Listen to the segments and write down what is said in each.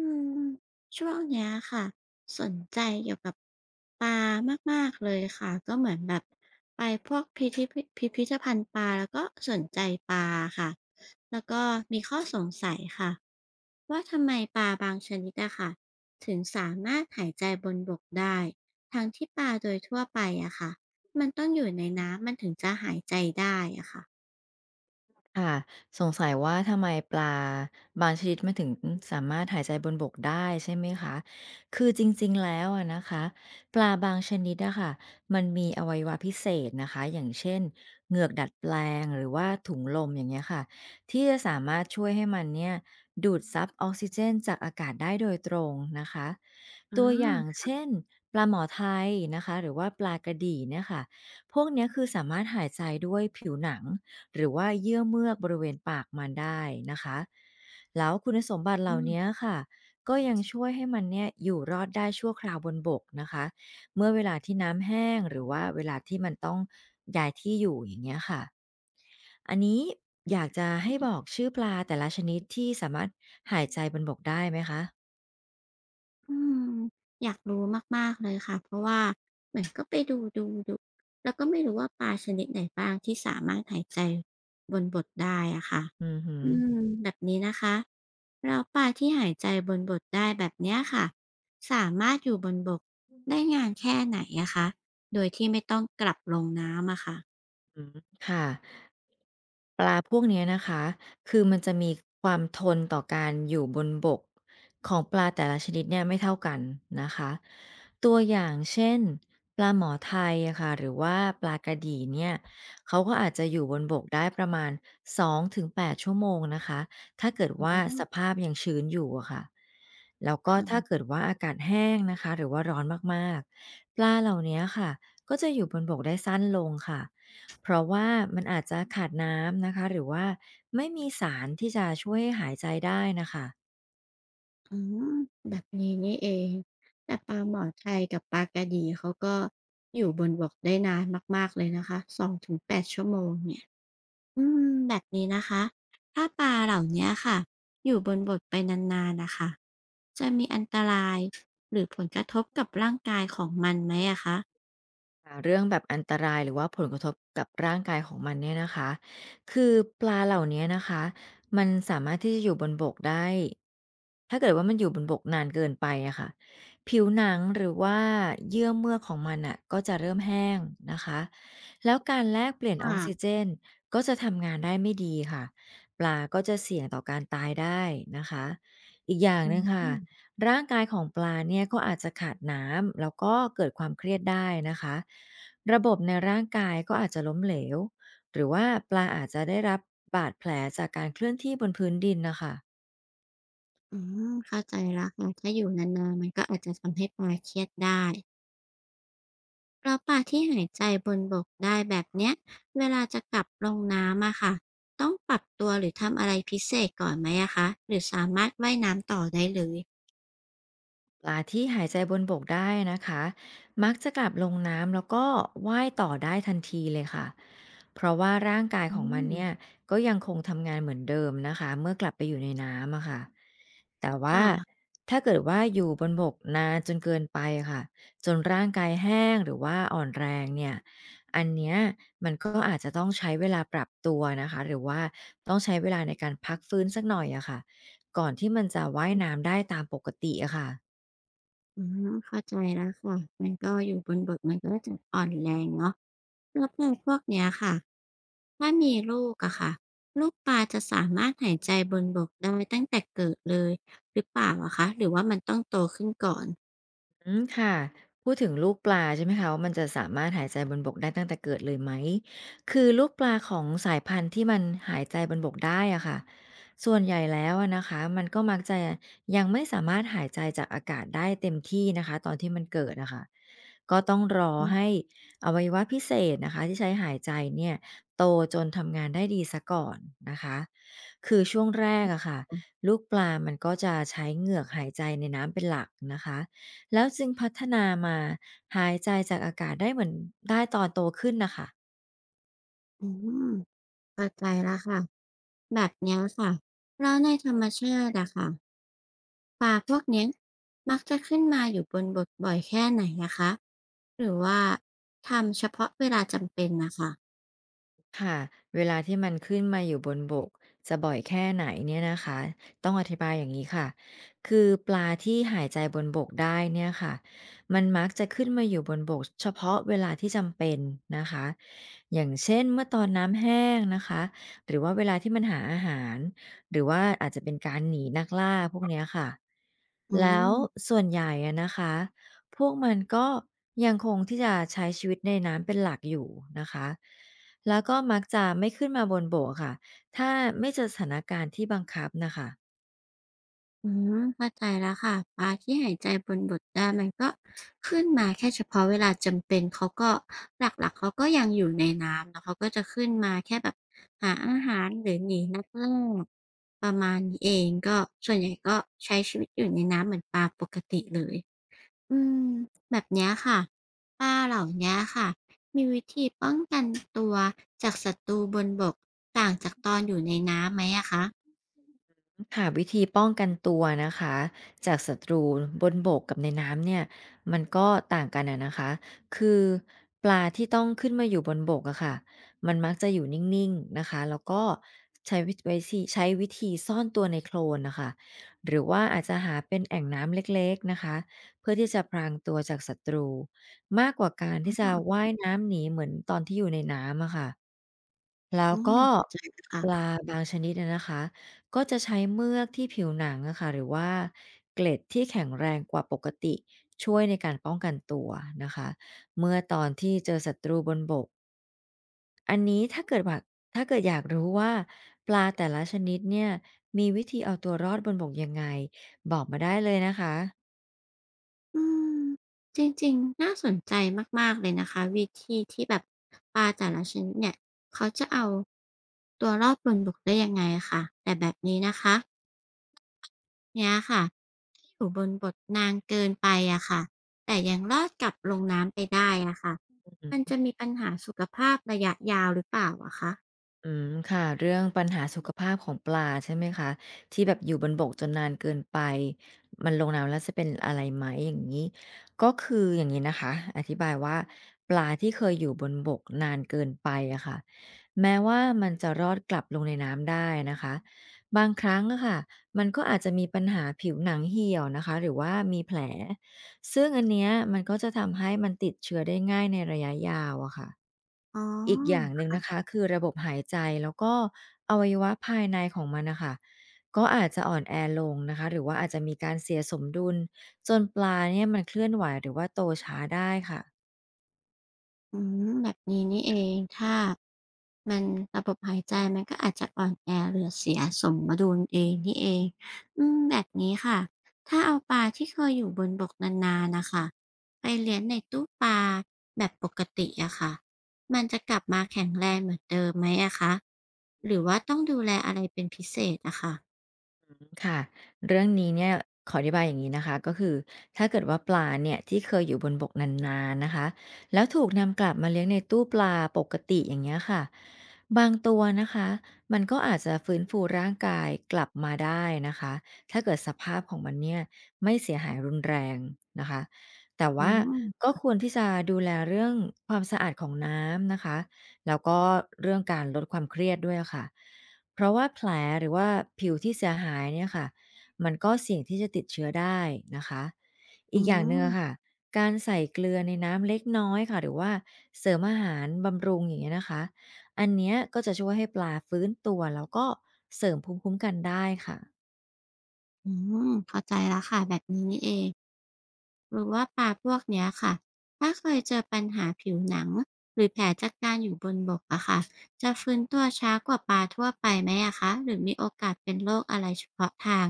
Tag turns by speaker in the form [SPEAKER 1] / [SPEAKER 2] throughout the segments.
[SPEAKER 1] อืมช่วงเนี้ยค่ะสนใจเกี่ยวกับปลามากๆเลยค่ะก็เหมือนแบบไปพวกพิธภัณฑ์ปลาแล้วก็สนใจปลาค่ะแล้วก็มีข้อสงสัยค่ะว่าทำไมปลาบางชนิดอะค่ะถึงสามารถหายใจบนบกได้ทั้งที่ปลาโดยทั่วไปอะค่ะมันต้องอยู่ในน้ำมันถึงจะหายใจได้อะค่ะ
[SPEAKER 2] ค่ะสงสัยว่าทำไมปลาบางชนิดมันถึงสามารถหายใจบนบกได้ใช่ไหมคะคือจริงๆแล้วอะนะคะปลาบางชนิดอะค่ะมันมีอวัยวะพิเศษนะคะอย่างเช่นเหงือกดัดแปลงหรือว่าถุงลมอย่างเงี้ยค่ะที่จะสามารถช่วยให้มันเนี่ยดูดซับออกซิเจนจากอากาศได้โดยตรงนะคะ
[SPEAKER 1] อ
[SPEAKER 2] ตัวอย่าง
[SPEAKER 1] า
[SPEAKER 2] เช่นปลาหมอไทยนะคะหรือว่าปลากระดี่เนี่ยค่ะพวกเนี้ยคือสามารถหายใจด้วยผิวหนัง หรือว่าเยื่อเมือกบริเวณปากมันได้นะคะแล้วคุณสมบัติเห
[SPEAKER 1] อื
[SPEAKER 2] ล่านี้ค่ะก็ยังช่วยให้มันเนี่ยอยู่รอดได้ชั่วคราวบนบกนะคะเมื่อเวลาที่น้ำแห้งหรือว่าเวลาที่มันต้องย้ายที่อยู่อย่างเงี้ยค่ะอันนี้อยากจะให้บอ
[SPEAKER 1] ม
[SPEAKER 2] กชื่อปลาแต่ละชนิดที่สามารถหายใจบนบกได้ไหมคะ
[SPEAKER 1] อืมอยากรู้มากๆเลยค่ะเพราะว่าเหมือนก็ไปดูแล้วก็ไม่รู้ว่าปลาชนิดไหนบ้างที่สามารถหายใจบนบกได้อะค่ะ
[SPEAKER 2] อือหือ
[SPEAKER 1] อืมแบบนี้นะคะแล้วปลาที่หายใจบนบกได้แบบเนี้ยค่ะสามารถอยู่บนบกได้นานแค่ไหนอะคะโดยที่ไม่ต้องกลับลงน้ำอะค่ะ
[SPEAKER 2] อืมค่ะ ปลาพวกเนี้ยนะคะ คือมันจะมีความทนต่อการอยู่บนบกของปลาแต่ละชนิดเนี่ยไม่เท่ากันนะคะตัวอย่างเช่นปลาหมอไทยอะค่ะหรือว่าปลากระดีเนี่ยเขาก็อาจจะอยู่บนบกได้ประมาณ2-8ชั่วโมงนะคะถ้าเกิดว่า
[SPEAKER 1] อ๋อ
[SPEAKER 2] สภาพยังชื้นอยู่อะค่ะแล้วก็ถ้า
[SPEAKER 1] ค่ะ
[SPEAKER 2] เกิดว่าอากาศแห้งนะคะหรือว่าร้อนมากๆปลาเหล่านี้ค่ะก็จะอยู่บนบกได้สั้นลงค่ะ เพราะว่ามันอาจจะขาดน้ำนะคะหรือว่าไม่มีสารที่จะช่วยให้หายใจได้นะคะ
[SPEAKER 1] อ๋อแบบนี้นี่เองแต่ปลาหมอไทยกับปลากระดีเขาก็อยู่บนบกได้นานมากๆเลยนะคะ2-8ชั่วโมงเนี่ยอืมแบบนี้นะคะถ้าปลาเหล่าเนี้ยค่ะอยู่บนบกไปนานๆนะคะจะมีอันตรายหรือผลกระทบกับร่างกายของมันไหมอะคะ
[SPEAKER 2] เรื่องแบบอันตรายหรือว่าผลกระทบกับร่างกายของมันเนี่ยนะคะคือปลาเหล่านี้นะคะมันสามารถที่จะอยู่บนบกได้ถ้าเกิดว่ามันอยู่บนบกนานเกินไปอะค่ะผิวหนังหรือว่าเยื่อเมือกของมันอ่ะก็จะเริ่มแห้งนะคะแล้วการแลกเปลี่ยนออก
[SPEAKER 1] ค่ะ
[SPEAKER 2] ซิเจนก็จะทำงานได้ไม่ดีค่ะปลาก็จะเสี่ยงต่อการตายได้นะคะอีกอย่าง
[SPEAKER 1] อื
[SPEAKER 2] หนึ่งค่ะ
[SPEAKER 1] ม
[SPEAKER 2] ร่างกายของปลาเนี่ยก็อาจจะขาดน้ำแล้วก็เกิดความเครียดได้นะคะระบบในร่างกายก็อาจจะล้มเหลวหรือว่าปลาอาจจะได้รับบาดแผลจากการเคลื่อนที่บนพื้นดินนะคะ
[SPEAKER 1] อืมเข้าใจแล้วค่ะถ้าอยู่นานๆมันก็อาจจะทำให้ปลาเครียดได้ แล้วปลาที่หายใจบนบกได้แบบเนี้ยเวลาจะกลับลงน้ำอะค่ะต้องปรับตัวหรือทำอะไรพิเศษก่อนไหมอะคะหรือสามารถว่ายน้ำต่อได้เลย
[SPEAKER 2] ปลาที่หายใจบนบกได้นะคะมักจะกลับลงน้ำแล้วก็ว่ายต่อได้ทันทีเลยค่ะเพราะว่าร่างกาย
[SPEAKER 1] อื
[SPEAKER 2] ของมันเนี่ย
[SPEAKER 1] ม
[SPEAKER 2] ก็ยังคงทำงานเหมือนเดิมนะคะเมื่อกลับไปอยู่ในน้ำอะค่ะแต่
[SPEAKER 1] ค่
[SPEAKER 2] ว่า
[SPEAKER 1] ะ
[SPEAKER 2] ถ้าเกิดว่าอยู่บนบกนานจนเกินไปค่ะจนร่างกายแห้งหรือว่าอ่อนแรงเนี่ยอันเนี้ยมันก็อาจจะต้องใช้เวลาปรับตัวนะคะหรือว่าต้องใช้เวลาในการพักฟื้นสักหน่อยอะค่ะก่อนที่มันจะว่ายน้ำได้ตามปกติอะค่ะ
[SPEAKER 1] อืมเข้าใจแล้วค่ะมันก็อยู่บนบกมันก็จะอ่อนแรงเนาะแล้วปลาพวกเนี้ยค่ะถ้ามีลูกอะค่ะลูกปลาจะสามารถหายใจบนบกได้ตั้งแต่เกิดเลยหรือเปล่าอะคะหรือว่ามันต้องโตขึ้นก่อน
[SPEAKER 2] อืมค่ะพูดถึงลูกปลาใช่ไหมคะว่ามันจะสามารถหายใจบนบกได้ตั้งแต่เกิดเลยไหมคือลูกปลาของสายพันธุ์ที่มันหายใจบนบกได้อะค่ะส่วนใหญ่แล้วอะนะคะมันก็มักจะยังไม่สามารถหายใจจากอากาศได้เต็มที่นะคะตอนที่มันเกิดนะคะก็ต้องรอ
[SPEAKER 1] อื
[SPEAKER 2] ให้
[SPEAKER 1] ม
[SPEAKER 2] อวัยวะพิเศษนะคะที่ใช้หายใจเนี่ยโตจนทำงานได้ดีซสก่อนนะคะคือช่วงแรกอะค่ะลูกปลามันก็จะใช้เหงือกหายใจในน้ำเป็นหลักนะคะ แล้วจึงพัฒนามาหายใจจากอากาศได้เหมือนได้ตอนโตขึ้นนะคะ
[SPEAKER 1] อืมเข้าใจแล้วค่ะ แบบเนี้ยค่ะแล้วในธรรมชาติอะค่ะปลาพวกเนี้ยมักจะขึ้นมาอยู่บนบกบ่อยแค่ไหนนะคะหรือว่าทำเฉพาะเวลาจำเป็นนะคะ
[SPEAKER 2] ค่ะเวลาที่มันขึ้นมาอยู่บนบกจะบ่อยแค่ไหนเนี่ยนะคะต้องอธิบายอย่างนี้ค่ะคือปลาที่หายใจบนบกได้เนี่ยค่ะมันมักจะขึ้นมาอยู่บนบกเฉพาะเวลาที่จำเป็นนะคะอย่างเช่นเมื่อตอนน้ำแห้งนะคะหรือว่าเวลาที่มันหาอาหารหรือว่าอาจจะเป็นการหนีนักล่าพวกเนี้ยค่ะ
[SPEAKER 1] อื
[SPEAKER 2] แล้ว
[SPEAKER 1] ม
[SPEAKER 2] ส่วนใหญ่อะนะคะพวกมันก็ยังคงที่จะใช้ชีวิตในน้ำเป็นหลักอยู่นะคะ แล้วก็มักจะไม่ขึ้นมาบนบกค่ะ ถ้าไม่เจอสถานการณ์ที่บังคับนะคะ
[SPEAKER 1] อืมเข้าใจแล้วค่ะปลาที่หายใจบนบกได้มันก็ขึ้นมาแค่เฉพาะเวลาจำเป็นเขาก็หลักๆเขาก็ยังอยู่ในน้ำแล้วเขาก็จะขึ้นมาแค่แบบหาอาหารหรือหนีนักล่าประมาณนี้เองก็ส่วนใหญ่ก็ใช้ชีวิตอยู่ในน้ำเหมือนปลาปกติเลย อืมแบบเนี้ยค่ะปลาเหล่าเนี้ยค่ะมีวิธีป้องกันตัวจากศัตรูบนบกต่างจากตอนอยู่ในน้ำไหมอะคะ
[SPEAKER 2] ค่ะวิธีป้องกันตัวนะคะจากศัตรูบนบกกับในน้ำเนี่ยมันก็ต่างกันอะนะคะคือปลาที่ต้องขึ้นมาอยู่บนบกอะค่ะมันมักจะอยู่นิ่งๆนะคะแล้วก็ใช้วิใช้วิธีซ่อนตัวในโคลนนะคะหรือว่าอาจจะหาเป็นแอ่งน้ำเล็กๆนะคะเพื่อที่จะพรางตัวจากศัตรูมากกว่าการ
[SPEAKER 1] อ๋
[SPEAKER 2] ที่จะ
[SPEAKER 1] อ
[SPEAKER 2] ว่ายน้ำหนีเหมือนตอนที่อยู่ในน้ำอะค่ะ แล้ว
[SPEAKER 1] ืม
[SPEAKER 2] ก็
[SPEAKER 1] เข้าใจแล้ว
[SPEAKER 2] ป
[SPEAKER 1] ค่ะ
[SPEAKER 2] ลาบางชนิดเนี่ยนะคะก็จะใช้เมือกที่ผิวหนังอะค่ะหรือว่าเกล็ดที่แข็งแรงกว่าปกติช่วยในการป้องกันตัวนะคะเมื่อตอนที่เจอศัตรูบนบกอันนี้ถ้าเกิดแบบถ้าเกิดอยากรู้ว่าปลาแต่ละชนิดเนี่ยมีวิธีเอาตัวรอดบนบกยังไงบอกมาได้เลยนะคะ
[SPEAKER 1] อืมจริงๆน่าสนใจมากๆเลยนะคะวิธีที่แบบปลาแต่ละชนิดเนี่ยเขาจะเอาตัวรอดบนบกได้ยังไงอะค่ะแต่แบบนี้นะคะเนี้ยค่ะ อยู่บนบทนานเกินไปอะค่ะ แต่ยังลอดกลับลงน้ำไปได้อะค่ะ มันจะมีปัญหาสุขภาพระยะยาวหรือเปล่าอะคะ
[SPEAKER 2] อืมค่ะเรื่องปัญหาสุขภาพของปลาใช่ไหมคะที่แบบอยู่บนบกจนนานเกินไปมันลงน้ำแล้วจะเป็นอะไรไหมอย่างนี้ก็คืออย่างนี้นะคะอธิบายว่าปลาที่เคยอยู่บนบกนานเกินไปอะค่ะแม้ว่ามันจะรอดกลับลงในน้ำได้นะคะบางครั้งอะค่ะมันก็อาจจะมีปัญหาผิวหนังเหี่ยวนะคะหรือว่ามีแผลซึ่งอันเนี้ยมันก็จะทำให้มันติดเชื้อได้ง่ายในระยะยาวอะค่ะ
[SPEAKER 1] อ๋อ
[SPEAKER 2] อีกอย่างหนึ่งนะ
[SPEAKER 1] ค่ะ
[SPEAKER 2] คะคือระบบหายใจแล้วก็อวัยวะภายในของมันน่ะค่ะก็อาจจะอ่อนแอลงนะคะหรือว่าอาจจะมีการเสียสมดุลจนปลาเนี่ยมันเคลื่อนไหวหรือว่าโตช้าได้ค่ะ
[SPEAKER 1] อืมแบบนี้นี่เองค่ะ มันระบบหายใจมันก็อาจจะอ่อนแอหรือเสียสมดุลเองนี่เองแบบนี้ค่ะถ้าเอาปลาที่เคยอยู่บนบกนานๆน่ะค่ะไปเลี้ยงในตู้ปลาแบบปกติอะค่ะมันจะกลับมาแข็งแรงเหมือนเดิมไหมอะคะหรือว่าต้องดูแลอะไรเป็นพิเศษอะค่ะ
[SPEAKER 2] ค่ะเรื่องนี้เนี่ยขออธิบายอย่างนี้นะคะก็คือถ้าเกิดว่าปลาเนี่ยที่เคยอยู่บนบกนานๆนะคะแล้วถูกนำกลับมาเลี้ยงในตู้ปลาปกติอย่างเงี้ยค่ะบางตัวนะคะมันก็อาจจะฟื้นฟูร่างกายกลับมาได้นะคะถ้าเกิดสภาพของมันเนี่ยไม่เสียหายรุนแรงนะคะแต่
[SPEAKER 1] อื
[SPEAKER 2] ว่าก็
[SPEAKER 1] ม
[SPEAKER 2] ควรที่จะดูแลเรื่องความสะอาดของน้ำนะคะแล้วก็เรื่องการลดความเครียดด้วยค่ะ เพราะว่าแผลหรือว่าผิวที่เสียหายเนี่ยค่ะ มันก็เสี่ยงที่จะติดเชื้อได้นะคะ
[SPEAKER 1] อื
[SPEAKER 2] อีกอย่างหนึ่ง
[SPEAKER 1] ม
[SPEAKER 2] อะค่ะ การใส่เกลือในน้ำเล็กน้อยค่ะหรือว่าเสริมอาหารบำรุงอย่างเงี้ยนะคะ อันเนี้ยก็จะช่วยให้ปลาฟื้นตัวแล้วก็เสริมภูมิคุ้มกันได้ค่ะ
[SPEAKER 1] อืมเข้าใจแล้วค่ะแบบนี้นี่เอง หรือว่าปลาพวกเนี้ยค่ะ ถ้าเคยเจอปัญหาผิวหนังหรือแผลจากการอยู่บนบกอะค่ะจะฟื้นตัวช้ากว่าปลาทั่วไปไหมอะคะหรือมีโอกาสเป็นโรคอะไรเฉพาะทาง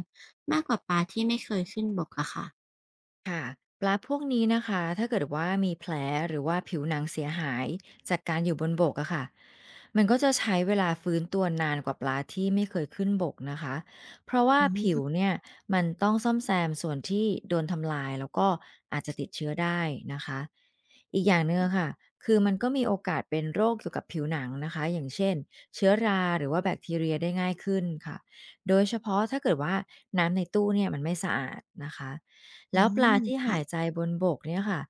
[SPEAKER 1] มากกว่าปลาที่ไม่เคยขึ้นบกอะค่ะ
[SPEAKER 2] ปลาพวกนี้นะคะถ้าเกิดว่ามีแผลหรือว่าผิวหนังเสียหายจากการอยู่บนบกอะค่ะมันก็จะใช้เวลาฟื้นตัวนานกว่าปลาที่ไม่เคยขึ้นบกนะคะเพราะว่า
[SPEAKER 1] อื
[SPEAKER 2] ผิว
[SPEAKER 1] ม
[SPEAKER 2] เนี่ยมันต้องซ่อมแซมส่วนที่โดนทำลายแล้วก็อาจจะติดเชื้อได้นะคะอีกอย่างหนึงอะค่ะคือมันก็มีโอกาสเป็นโรคเกี่ยวกับผิวหนังนะคะอย่างเช่นเชื้อราหรือว่าแบคทีเรียได้ง่ายขึ้นค่ะโดยเฉพาะถ้าเกิดว่าน้ำในตู้เนี่ยมันไม่สะอาดนะคะ
[SPEAKER 1] อื
[SPEAKER 2] แล้วปลา
[SPEAKER 1] ม
[SPEAKER 2] ที่หาย
[SPEAKER 1] ค่ะ
[SPEAKER 2] ใจบนบกเนี่ยค่ะ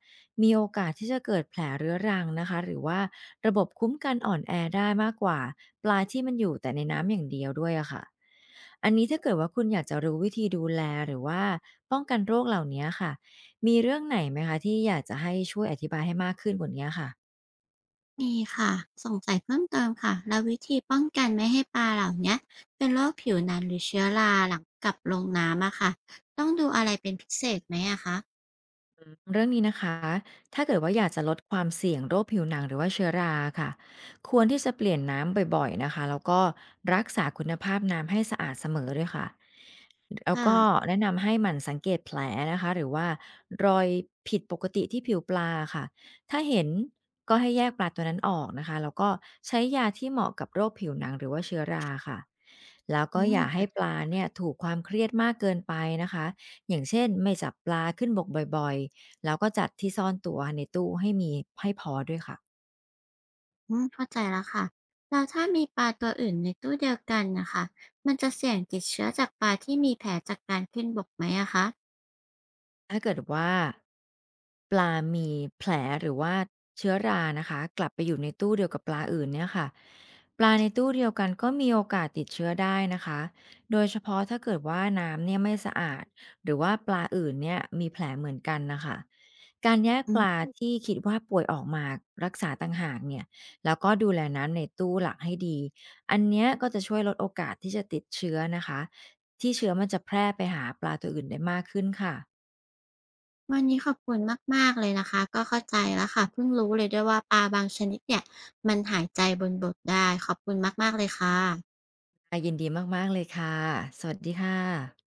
[SPEAKER 2] มีโอกาสที่จะเกิดแผลเรื้อรังนะคะหรือว่าระบบคุ้มกันอ่อนแอได้มากกว่าปลาที่มันอยู่แต่ในน้ำอย่างเดียวด้วยอะค่ะอันนี้ถ้าเกิดว่าคุณอยากจะรู้วิธีดูแลหรือว่าป้องกันโรคเหล่านี้ค่ะมีเรื่องไหนไหมคะที่อยากจะให้ช่วยอธิบายให้มากขึ้นกว่านี้ค่ะ
[SPEAKER 1] มีค่ะสงสัยเพิ่มเติมค่ะ แล้ววิธีป้องกันไม่ให้ปลาเหล่าเนี้ยเป็นโรคผิวหนังหรือเชื้อราหลังกลับลงน้ำอะค่ะต้องดูอะไรเป็นพิเศษไหมอะคะ
[SPEAKER 2] เรื่องนี้นะคะถ้าเกิดว่าอยากจะลดความเสี่ยงโรคผิวหนังหรือว่าเชื้อราค่ะควรที่จะเปลี่ยนน้ำบ่อยๆนะคะแล้วก็รักษาคุณภาพน้ำให้สะอาดเสมอด้วยค่ะแล้วก็
[SPEAKER 1] ค่ะ
[SPEAKER 2] แนะนำให้หมั่นสังเกตแผลนะคะหรือว่ารอยผิดปกติที่ผิวปลาค่ะถ้าเห็นก็ให้แยกปลาตัวนั้นออกนะคะแล้วก็ใช้ยาที่เหมาะกับโรคผิวหนังหรือว่าเชื้อราค่ะแล้ว
[SPEAKER 1] อื
[SPEAKER 2] ก็อ
[SPEAKER 1] ม
[SPEAKER 2] ย่าให้ปลาเนี่ยถูกความเครียดมากเกินไปนะคะอย่างเช่นไม่จับปลาขึ้นบกบ่อยๆ แล้วก็จัดที่ซ่อนตัวในตู้ให้มีให้พอด้วยค่ะ
[SPEAKER 1] อืมเข้าใจแล้วค่ะแล้วถ้ามีปลาตัวอื่นในตู้เดียวกันนะคะมันจะเสี่ยงติดเชื้อจากปลาที่มีแผลจากการขึ้นบกไหมอะคะ
[SPEAKER 2] ถ้าเกิดว่าปลามีแผลหรือว่าเชื้อรานะคะกลับไปอยู่ในตู้เดียวกับปลาอื่นเนี่ยค่ะปลาในตู้เดียวกันก็มีโอกาสติดเชื้อได้นะคะโดยเฉพาะถ้าเกิดว่าน้ำเนี่ยไม่สะอาดหรือว่าปลาอื่นเนี่ยมีแผลเหมือนกันนะคะการแยก
[SPEAKER 1] อื
[SPEAKER 2] ปลา
[SPEAKER 1] ม
[SPEAKER 2] ที่คิดว่าป่วยออกมารักษาต่างหากเนี่ยแล้วก็ดูแลน้ำในตู้หลักให้ดีอันเนี้ยก็จะช่วยลดโอกาสที่จะติดเชื้อนะคะที่เชื้อมันจะแพร่ไปหาปลาตัวอื่นได้มากขึ้นค่ะ
[SPEAKER 1] วันนี้ขอบคุณมากๆเลยนะคะก็เข้าใจแล้วค่ะเพิ่งรู้เลยด้วยว่าปลาบางชนิดเนี่ยมันหายใจบนบกได้ขอบคุณมากๆเลยค่ะ
[SPEAKER 2] ค่ะยินดีมากๆเลยค่ะ สวัสดีค่ะ